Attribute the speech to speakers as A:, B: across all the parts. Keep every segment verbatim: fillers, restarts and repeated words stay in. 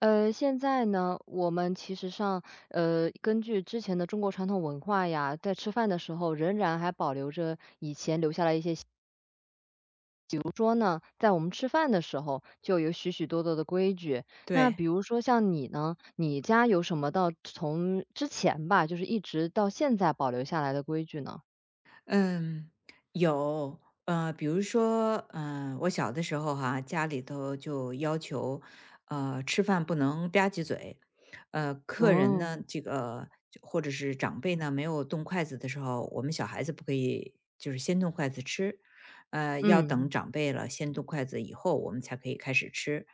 A: 呃，现在呢，我们其实上，呃，根据之前的中国传统文化呀，在吃饭的时候仍然还保留着以前留下来一些习比如说呢，在我们吃饭的时候就有许许多多的规矩。那
B: 对，
A: 比如说像你呢，你家有什么到从之前吧，就是一直到现在保留下来的规矩呢？
B: 嗯，有，呃，比如说，嗯，我小的时候哈、家里头就要求，呃，吃饭不能吧唧嘴。呃，客人
A: 哦。
B: 呢，这个就或者是长辈呢没有动筷子的时候，我们小孩子不可以就是先动筷子吃。呃，要等
A: 嗯
B: 长辈了先动筷子以后，我们才可以开始吃。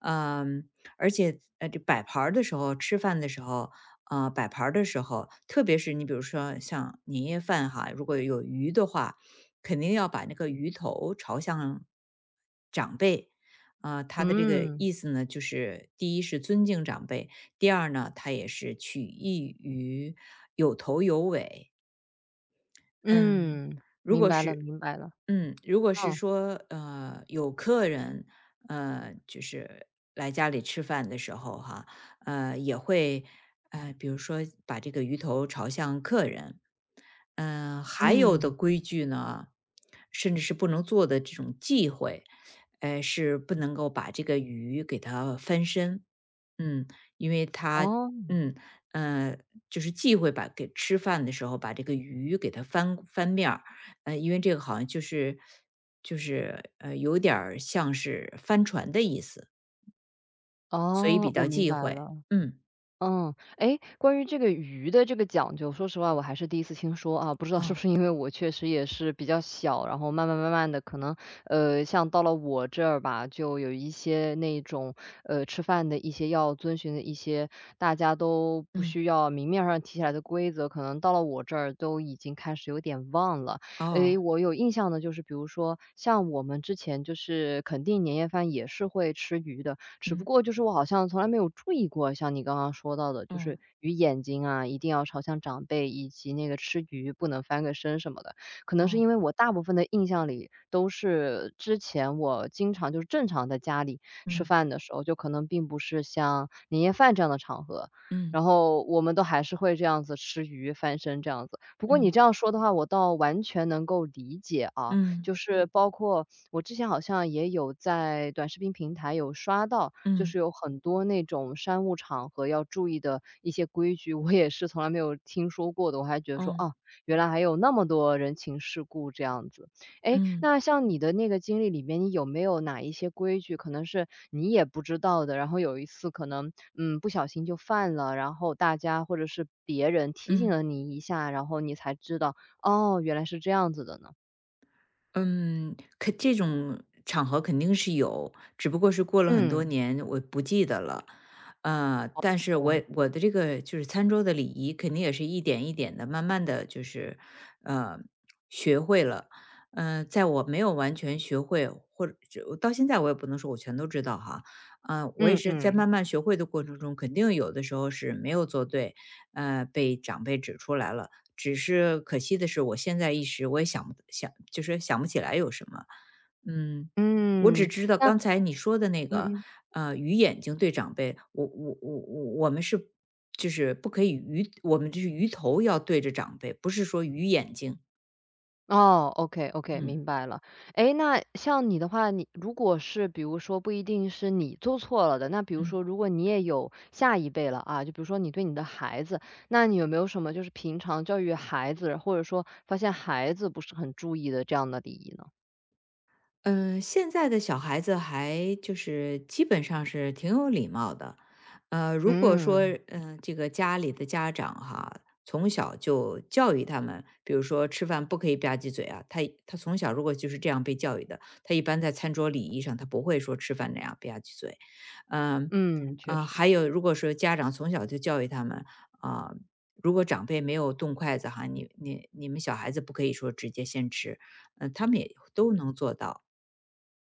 B: 嗯、而且呃，这摆盘儿的时候，吃饭的时候，啊，摆盘儿的时候，特别是你比如说像年夜饭哈，如果有鱼的话，肯定要把那个鱼头朝向长辈。啊、他的这个
A: 嗯
B: 意思呢，就是第一是尊敬长辈，第二呢，他也是取意于有头有尾。嗯，
A: 嗯。
B: 如
A: 明
B: 果
A: 白了
B: 是
A: 明白了。
B: 嗯，如果是
A: 嗯
B: 说，呃，有客人，呃，就是来家里吃饭的时候哈，呃，也会，呃，比如说把这个鱼头朝向客人。嗯、呃还有的
A: 嗯。
B: 规矩呢，甚至是不能做的这种忌讳，呃，是不能够把这个鱼给它翻身。嗯，因为它，
A: 哦
B: 嗯，呃，就是忌讳把给吃饭的时候把这个鱼给它翻翻面儿。呃，因为这个好像就是就是呃有点儿像是翻船的意思，所以
A: 哦，
B: 比
A: 我
B: 较
A: 明
B: 忌
A: 白
B: 讳。
A: 了。
B: 嗯，
A: 嗯。哎，关于这个鱼的这个讲究，说实话我还是第一次听说啊，不知道是不
B: 哦，
A: 是因为我确实也是比较小，然后慢慢慢慢的，可能，呃，像到了我这儿吧，就有一些那种，呃，吃饭的一些要遵循的一些大家都不
B: 嗯，
A: 需要明面上提起来的规则，可能到了我这儿都已经开始有点忘了。诶，
B: 哦，
A: 我有印象的就是比如说像我们之前就是肯定年夜饭也是会吃鱼的，只不
B: 嗯，
A: 过就是我好像从来没有注意过，像你刚刚说到的，就
B: 哦，
A: 是鱼眼睛啊，一定要朝向长辈，以及那个吃鱼不能翻个身什么的。可能是
B: 哦，
A: 因为我大部分的印象里都是之前我经常就是正常在家里吃
B: 嗯，
A: 饭的时候，就可能并不是像年夜饭这样的场合，
B: 嗯，
A: 然后我们都还是会这样子吃鱼、翻身这样子。不过你
B: 嗯，
A: 这样说的话，我倒完全能够理解啊，
B: 嗯，
A: 就是嗯包括我之前好像也有在短视频平台有刷到，就是
B: 嗯，
A: 有很多那种商务场合要注意的一些规矩，我也是从来没有听说过的，我还觉得说，
B: 哦，
A: 啊，原来还有那么多人情世故这样子。诶，
B: 嗯，
A: 那像你的那个经历里面，你有没有哪一些规矩可能是你也不知道的，然后有一次可能嗯，不小心就犯了，然后大家或者是别人提醒
B: 嗯。
A: 了你一下，然后你才知道，哦，原来是这样子的呢。
B: 嗯，可这种场合肯定是有，只不过是过了很多
A: 嗯。
B: 年，我不记得了。呃，但是我
A: 哦。
B: 也我的这个就是餐桌的礼仪，肯定也是一点一点的，慢慢的就是，呃，学会了。嗯、在我没有完全学会，或者就到现在我也不能说我全都知道哈。嗯、我也
A: 嗯
B: 是在
A: 嗯。
B: 慢慢学会的过程中，肯定有的时候是没有做对，呃，被长辈指出来了。只是可惜的是，我现在一时我也想不想就是想不起来有什么。嗯，我只
A: 嗯。
B: 知道
A: 那。
B: 刚才你说的那
A: 嗯
B: 个，
A: 嗯。
B: 呃，鱼眼睛对长辈，我我我我我们是就是不可以鱼我们就是鱼头要对着长辈，不是说鱼眼睛。
A: 哦，OK OK,
B: 嗯
A: 明白了。诶，那像你的话，你如果是比如说不一定是你做错了的，那比如
B: 嗯。
A: 说如果你也有下一辈了啊，就比如说你对你的孩子，那你有没有什么就是平常教育孩子，或者说发现孩子不是很注意的这样的礼仪呢？
B: 嗯，呃现在的小孩子还就是基本上是挺有礼貌的。呃，如果说
A: 嗯。
B: 嗯、呃这个家里的家长哈，从小就教育他们，比如说吃饭不可以吧唧嘴啊，他他从小如果就是这样被教育的，他一般在餐桌礼仪上他不会说吃饭那样吧唧嘴，嗯、
A: 嗯，确
B: 呃，
A: 实。
B: 还有如果说家长从小就教育他们啊、如果长辈没有动筷子哈，你你你们小孩子不可以说直接先吃，嗯、他们也都能做到。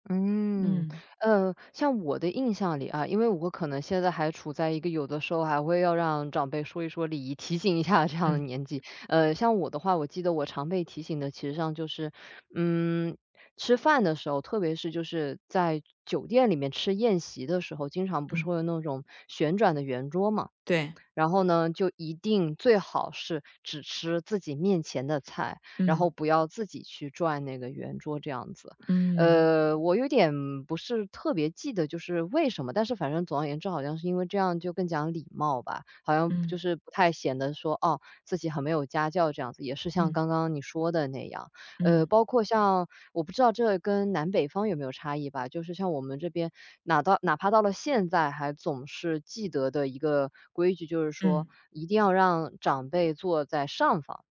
A: 嗯。
B: 嗯，
A: 呃，像我的印象里啊，因为我可能现在还处在一个有的时候还会要让长辈说一说礼仪，提醒一下这样的
B: 嗯，
A: 年纪。呃，像我的话，我记得我常被提醒的，其实上就是，嗯，吃饭的时候，特别是就是在酒店里面吃宴席的时候，经常不是
B: 嗯，
A: 会有那种旋转的圆桌嘛。
B: 对，
A: 然后呢，就一定最好是只吃自己面前的菜，然后
B: 嗯，
A: 不要自己去转那个圆桌这样子。
B: 嗯，
A: 呃，我有点不是特别记得就是为什么，但是反正总而言之，好像是因为这样就更讲礼貌吧，好像就
B: 嗯，
A: 是不太显得说，哦，自己很没有家教这样子，也是像
B: 嗯，
A: 刚刚你说的那样，呃，
B: 嗯，
A: 包括像我不知道这跟南北方有没有差异吧，就是像我们这边，哪到哪怕到了现在还总是记得的一个规矩，就是说
B: 嗯，
A: 一定要让长辈坐在上方，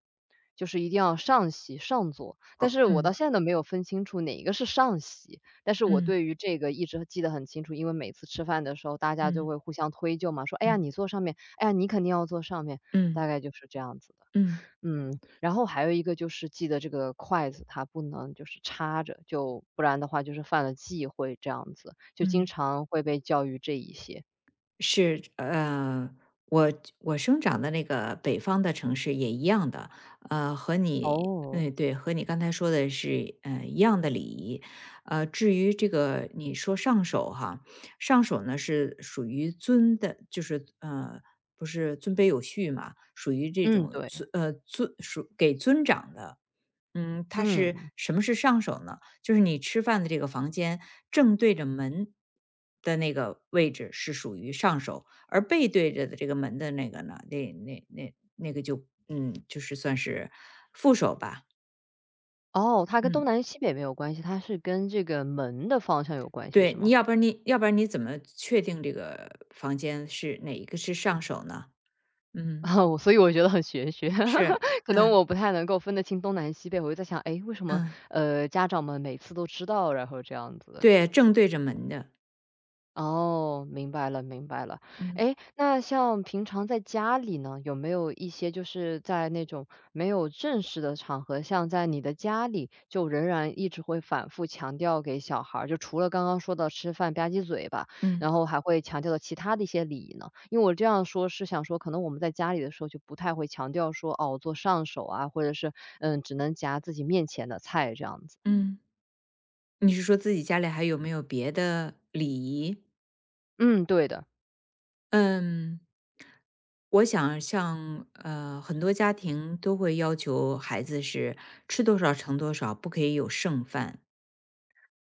A: 就是一定要上席上座。但
B: 哦。
A: 是我到
B: 嗯，
A: 现在都没有分清楚哪一个是上席，但是我
B: 嗯，
A: 对于这个一直记得很清楚，因为每次吃饭的时候，大家就
B: 嗯，
A: 会互相推就嘛，说："哎呀，
B: 嗯，
A: 你坐上面，哎呀，你肯定要坐上面。"
B: 嗯，
A: 大概就是这样子的。
B: 嗯，
A: 嗯。然后还有一个就是记得这个筷子它不能就是插着，就不然的话就是犯了忌讳这样子，就经
B: 嗯。
A: 常会被教育这一些。
B: 是，呃，我我生长的那个北方的城市也一样的。呃，和你
A: 哦。
B: 嗯对，和你刚才说的是，呃，一样的礼仪。呃，至于这个你说上手哈，上手呢是属于尊的，就是呃，不是尊卑有序嘛，属于这
A: 嗯，
B: 种
A: 对。
B: 尊呃尊属给尊长的。嗯，它是
A: 嗯。
B: 什么是上手呢？就是你吃饭的这个房间正对着门的那个位置是属于上手，而背对着的这个门的那个呢，那那那那个就嗯，就是算是副手吧。
A: 哦，它跟东
B: 嗯，
A: 南西北没有关系，它是跟这个门的方向有关系
B: 对，
A: 是
B: 你
A: 吗？
B: 要不然你要不然你怎么确定这个房间是哪一个是上手呢？嗯，
A: 啊，我所以我觉得很玄学，
B: 是，
A: 可能
B: 嗯
A: 我不太能够分得清东南西北，我就在想，哎，为什么，
B: 嗯，
A: 呃，家长们每次都知道，然后这样子。
B: 对，正对着门的。
A: 哦，明白了，明白了。
B: 嗯
A: 哎，那像平常在家里呢，有没有一些就是在那种没有正式的场合，像在你的家里，就仍然一直会反复强调给小孩儿，就除了刚刚说到吃饭吧唧嘴吧，
B: 嗯
A: 然后还会强调的其他的一些礼仪呢？因为我这样说是想说，可能我们在家里的时候就不太会强调说，哦，做上手啊，或者是嗯，只能夹自己面前的菜这样子。
B: 嗯，你是说自己家里还有没有别的礼仪？
A: 嗯，对的。
B: 嗯，我想像呃，很多家庭都会要求孩子是吃多少盛多少，不可以有剩饭。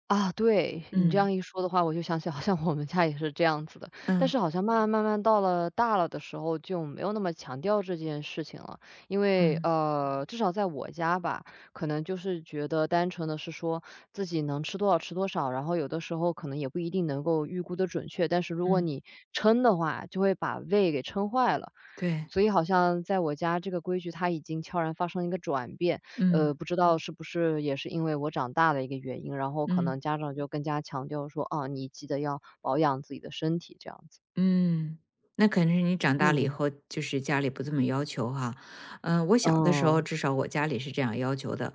A: 啊，对，你这
B: 嗯
A: 样一说的话，我就想起好像我们家也是这样子的，但
B: 嗯
A: 是好像慢慢慢慢到了大了的时候，就没有那么强调这件事情了。因为
B: 嗯
A: 呃，至少在我家吧，可能就是觉得单纯的是说自己能吃多少吃多少，然后有的时候可能也不一定能够预估的准确，但是如果
B: 嗯，
A: 你称的话，就会把胃给撑坏了。
B: 对，
A: 所以好像在我家这个规矩它已经悄然发生一个转变，呃，
B: 嗯
A: 不知道嗯是不是也是因为我长大的一个原因，然后可能
B: 嗯。
A: 家长就更加强调说，啊，你记得要保养自己的身体这样子。
B: 嗯，那肯定是你长大了以
A: 嗯。
B: 后，就是家里不这么要求哈。嗯，我小的时候
A: 嗯。
B: 至少我家里是这样要求的。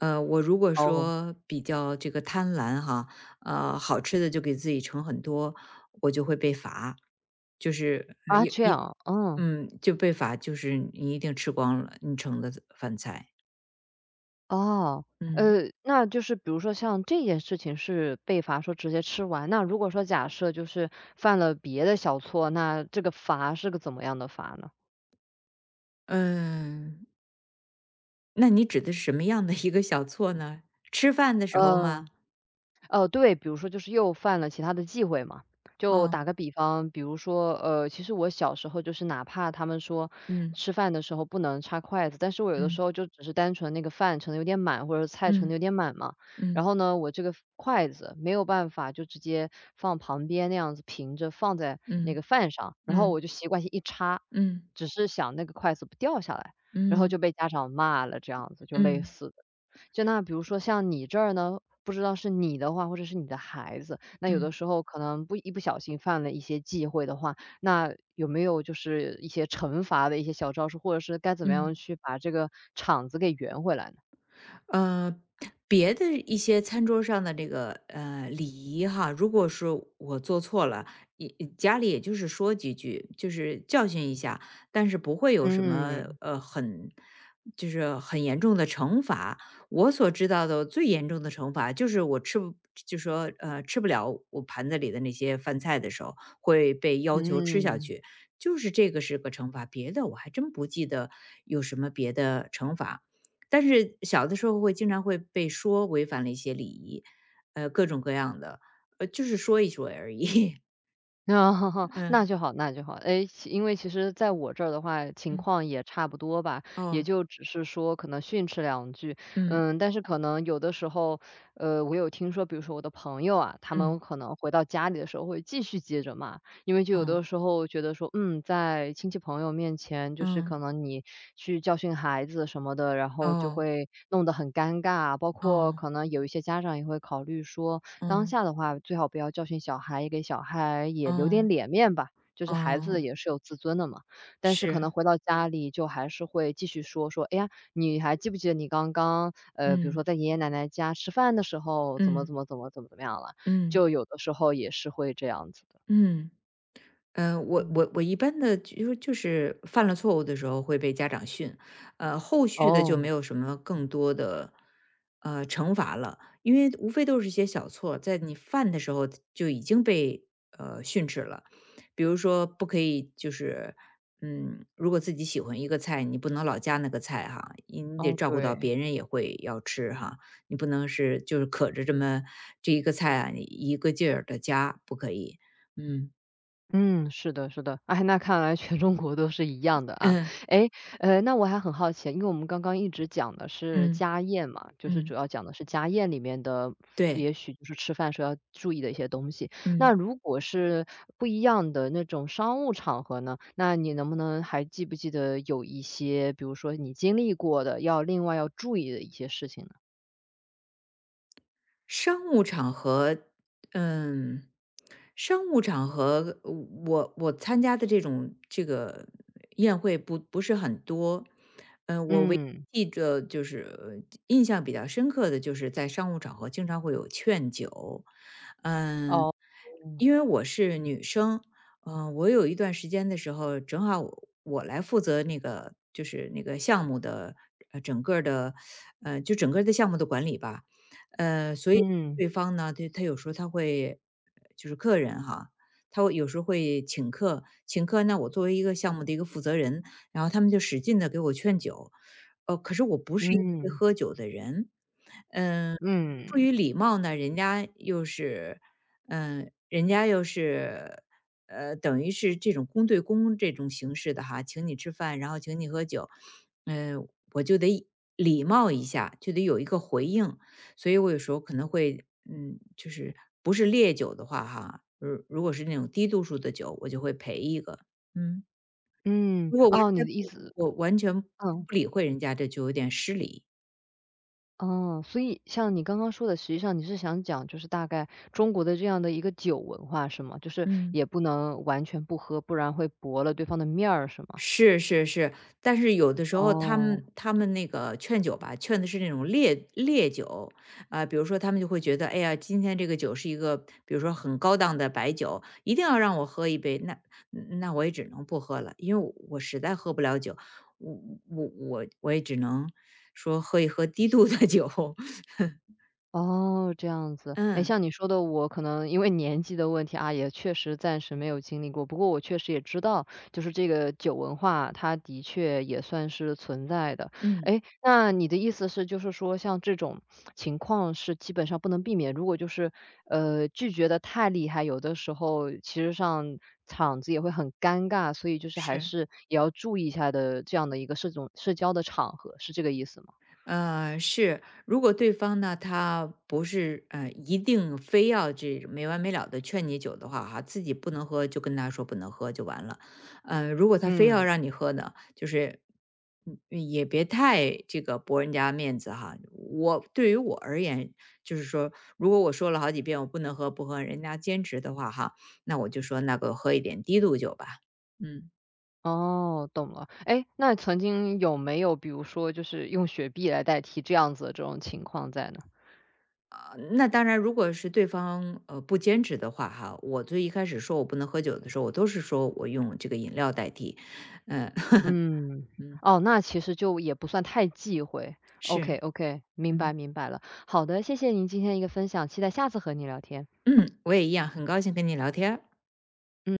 B: 呃，我如果
A: 哦。
B: 说比较这个贪婪哈，呃，好吃的就给自己盛很多，我就会被罚。就是呃
A: 啊，
B: 一
A: 这
B: 一
A: 样。嗯。
B: 嗯就被罚，就是你一定吃光了你盛的饭菜。
A: 哦。
B: 嗯
A: 呃，那就是比如说像这件事情是被罚说直接吃完，那如果说假设就是犯了别的小错，那这个罚是个怎么样的罚呢？
B: 嗯，那你指的是什么样的一个小错呢？吃饭的时候吗？
A: 嗯。哦，对，比如说就是又犯了其他的忌讳嘛。就
B: 哦，
A: 打个比方，比如说，呃，其实我小时候就是哪怕他们说
B: 嗯
A: 吃饭的时候不能插筷子，但是我有的
B: 嗯
A: 时候就只是单纯那个饭盛的有点满，或者菜盛的有
B: 嗯
A: 点满嘛，然
B: 嗯。
A: 后呢，我这个筷子没有办法就直接放旁边那样子平着放在那
B: 嗯
A: 个饭上，然后我
B: 嗯
A: 就习惯性一插，
B: 嗯
A: 只是想那个筷子不掉下来，然后
B: 嗯
A: 就被家长骂了，这样子就类
B: 嗯
A: 似的就那比如说像你这儿呢，不知道是你的话，或者是你的孩子，那有的
B: 嗯
A: 时候可能不一不小心犯了一些忌讳的话，那有没有就是一些惩罚的一些小招数，或者是该怎么样
B: 嗯。
A: 去把这个场子给圆回来呢？
B: 呃，别的一些餐桌上的这个呃礼仪哈，如果是我做错了，也家里也就是说几句，就是教训一下，但是不会有什么
A: 嗯。
B: 呃很就是很严重的惩罚。我所知道的最严重的惩罚就是我吃不就说呃吃不了我盘子里的那些饭菜的时候，会被要求吃下
A: 嗯。
B: 去，就是这个是个惩罚，别的我还真不记得有什么别的惩罚。但是小的时候会经常会被说违反了一些礼仪，呃，各种各样的，呃，就是说一说而已。
A: 哦 那
B: 嗯
A: 就好那就好。哎，其因为其实在我这儿的话，情
B: 嗯，
A: 况也差不多吧，也
B: 哦，
A: 就只是说可能训斥两句。
B: 嗯
A: 嗯。但是可能有的时候，呃，我有听说，比如说我的朋友啊，他们
B: 嗯，
A: 可能回到家里的时候会继续接着骂。因为就有
B: 哦，
A: 的时候觉得说，嗯，在亲戚朋友面前，就是可
B: 嗯，
A: 能你去教训孩子什么的，然后就
B: 哦，
A: 会弄得很尴尬啊。包括
B: 哦，
A: 可能有一些家长也会考虑说，当
B: 嗯，
A: 下的话，最好不要教训小孩，也给小孩也留
B: 哦，
A: 点脸面吧，就是孩子
B: 哦，
A: 也是有自尊的嘛。但是可能
B: 是，
A: 回到家里就还是会继续说说，哎呀，你还记不记得你刚刚，呃，比如
B: 嗯
A: 说在爷爷奶奶家吃饭的时候，怎么
B: 嗯
A: 怎么怎么怎么怎么样了，
B: 嗯
A: 就有的时候也是会这样子的。
B: 嗯。嗯，我
A: 嗯。
B: 我我一般的就就是犯了错误的时候会被家长训。呃，后续的就
A: 哦。
B: 没有什么更多的呃惩罚了，因为无非都是一些小错，在你犯的时候就已经被呃训斥了。比如说，不可以就是嗯，如果自己喜欢一个菜，你不能老夹那个菜哈，你你得
A: 哦，
B: 照顾到
A: 对。
B: 别人也会要吃哈，你不能是就是可着这么这一个菜啊，你一个劲儿的夹，不可以。嗯
A: 嗯，是的，是的。哎，那看来全中国都是一样的啊。
B: 嗯。
A: 诶。呃，那我还很好奇，因为我们刚刚一直讲的是
B: 嗯，
A: 家宴嘛，就是主
B: 嗯，
A: 要讲的是家宴里面的，
B: 对，
A: 也许就是吃饭时候要注意的一些东西。那
B: 嗯。
A: 如果是不一样的那种商务场合呢，那你能不能还记不记得有一些，比如说你经历过的，要另外要注意的一些事情呢？
B: 商务场合，嗯，商务场合，我我参加的这种这个宴会不不是很多。嗯，我唯
A: 嗯。
B: 一记着就是印象比较深刻的就是在商务场合经常会有劝酒。嗯，
A: 哦。嗯。
B: 因为我是女生。嗯，我有一段时间的时候，正好我我来负责那个就是那个项目的呃整个儿的呃就整个儿的项目的管理吧。呃，所以
A: 嗯。
B: 对方呢，他他有时候他会就是客人哈，他会有时候会请客，请客那我作为一个项目的一个负责人，然后他们就使劲的给我劝酒。呃，可是我不是一个会
A: 嗯。
B: 喝酒的人。嗯，出
A: 嗯。
B: 于礼貌呢，人家又是，嗯，人家又是，呃，等于是这种公对公这种形式的哈，请你吃饭，然后请你喝酒。嗯，我就得礼貌一下，就得有一个回应。所以我有时候可能会，嗯，就是不是烈酒的话哈，如如果是那种低度数的酒，我就会陪一个。嗯，
A: 嗯。
B: 如果完
A: 哦，你
B: 全
A: 的意
B: 不理，
A: 思
B: 我完全不
A: 嗯。
B: 理会人家，这就有点失礼。
A: 哦，所以像你刚刚说的，实际上你是想讲，就是大概中国的这样的一个酒文化是吗？就是
B: 嗯。
A: 也不能完全不喝，不然会驳了对方的面儿是吗？
B: 是是是，但是有的时候他
A: 哦。
B: 们他们那个劝酒吧，劝的是那种烈烈酒。啊、比如说他们就会觉得，哎呀，今天这个酒是一个，比如说很高档的白酒，一定要让我喝一杯，那那我也只能不喝了，因为我实在喝不了酒。我我我我也只能说喝一喝低度的酒。
A: 哦，这样子。哎，
B: 嗯
A: 像你说的，我可能因为年纪的问题啊，也确实暂时没有经历过。不过我确实也知道，就是这个酒文化，它的确也算是存在的。
B: 嗯，
A: 哎，那你的意思是，就是说像这种情况是基本上不能避免，如果就是呃拒绝的太厉害，有的时候其实上场子也会很尴尬，所以就是还
B: 是
A: 是也要注意一下的这样的一个社种社交的场合，是这个意思吗？
B: 呃，是。如果对方呢，他不是呃，一定非要这没完没了的劝你酒的话哈，自己不能喝就跟他说不能喝就完了。呃，如果他非要
A: 嗯。
B: 让你喝呢，就是嗯嗯也别太这个驳人家面子哈。我对于我而言，就是说，如果我说了好几遍我不能喝不喝，人家坚持的话哈，那我就说那个喝一点低度酒吧。嗯。
A: 哦，懂了。哎，那曾经有没有比如说就是用雪碧来代替这样子的这种情况在呢？
B: 啊，那当然，如果是对方呃不坚持的话哈，我最一开始说我不能喝酒的时候，我都是说我用这个饮料代替。嗯、
A: 嗯。
B: 嗯，
A: 哦，那其实就也不算太忌讳。
B: 是，
A: OK，OK，明白
B: 嗯
A: 明白了。好的，谢谢您今天一个分享，期待下次和你聊天。
B: 嗯，我也一样，很高兴跟你聊天儿
A: 嗯。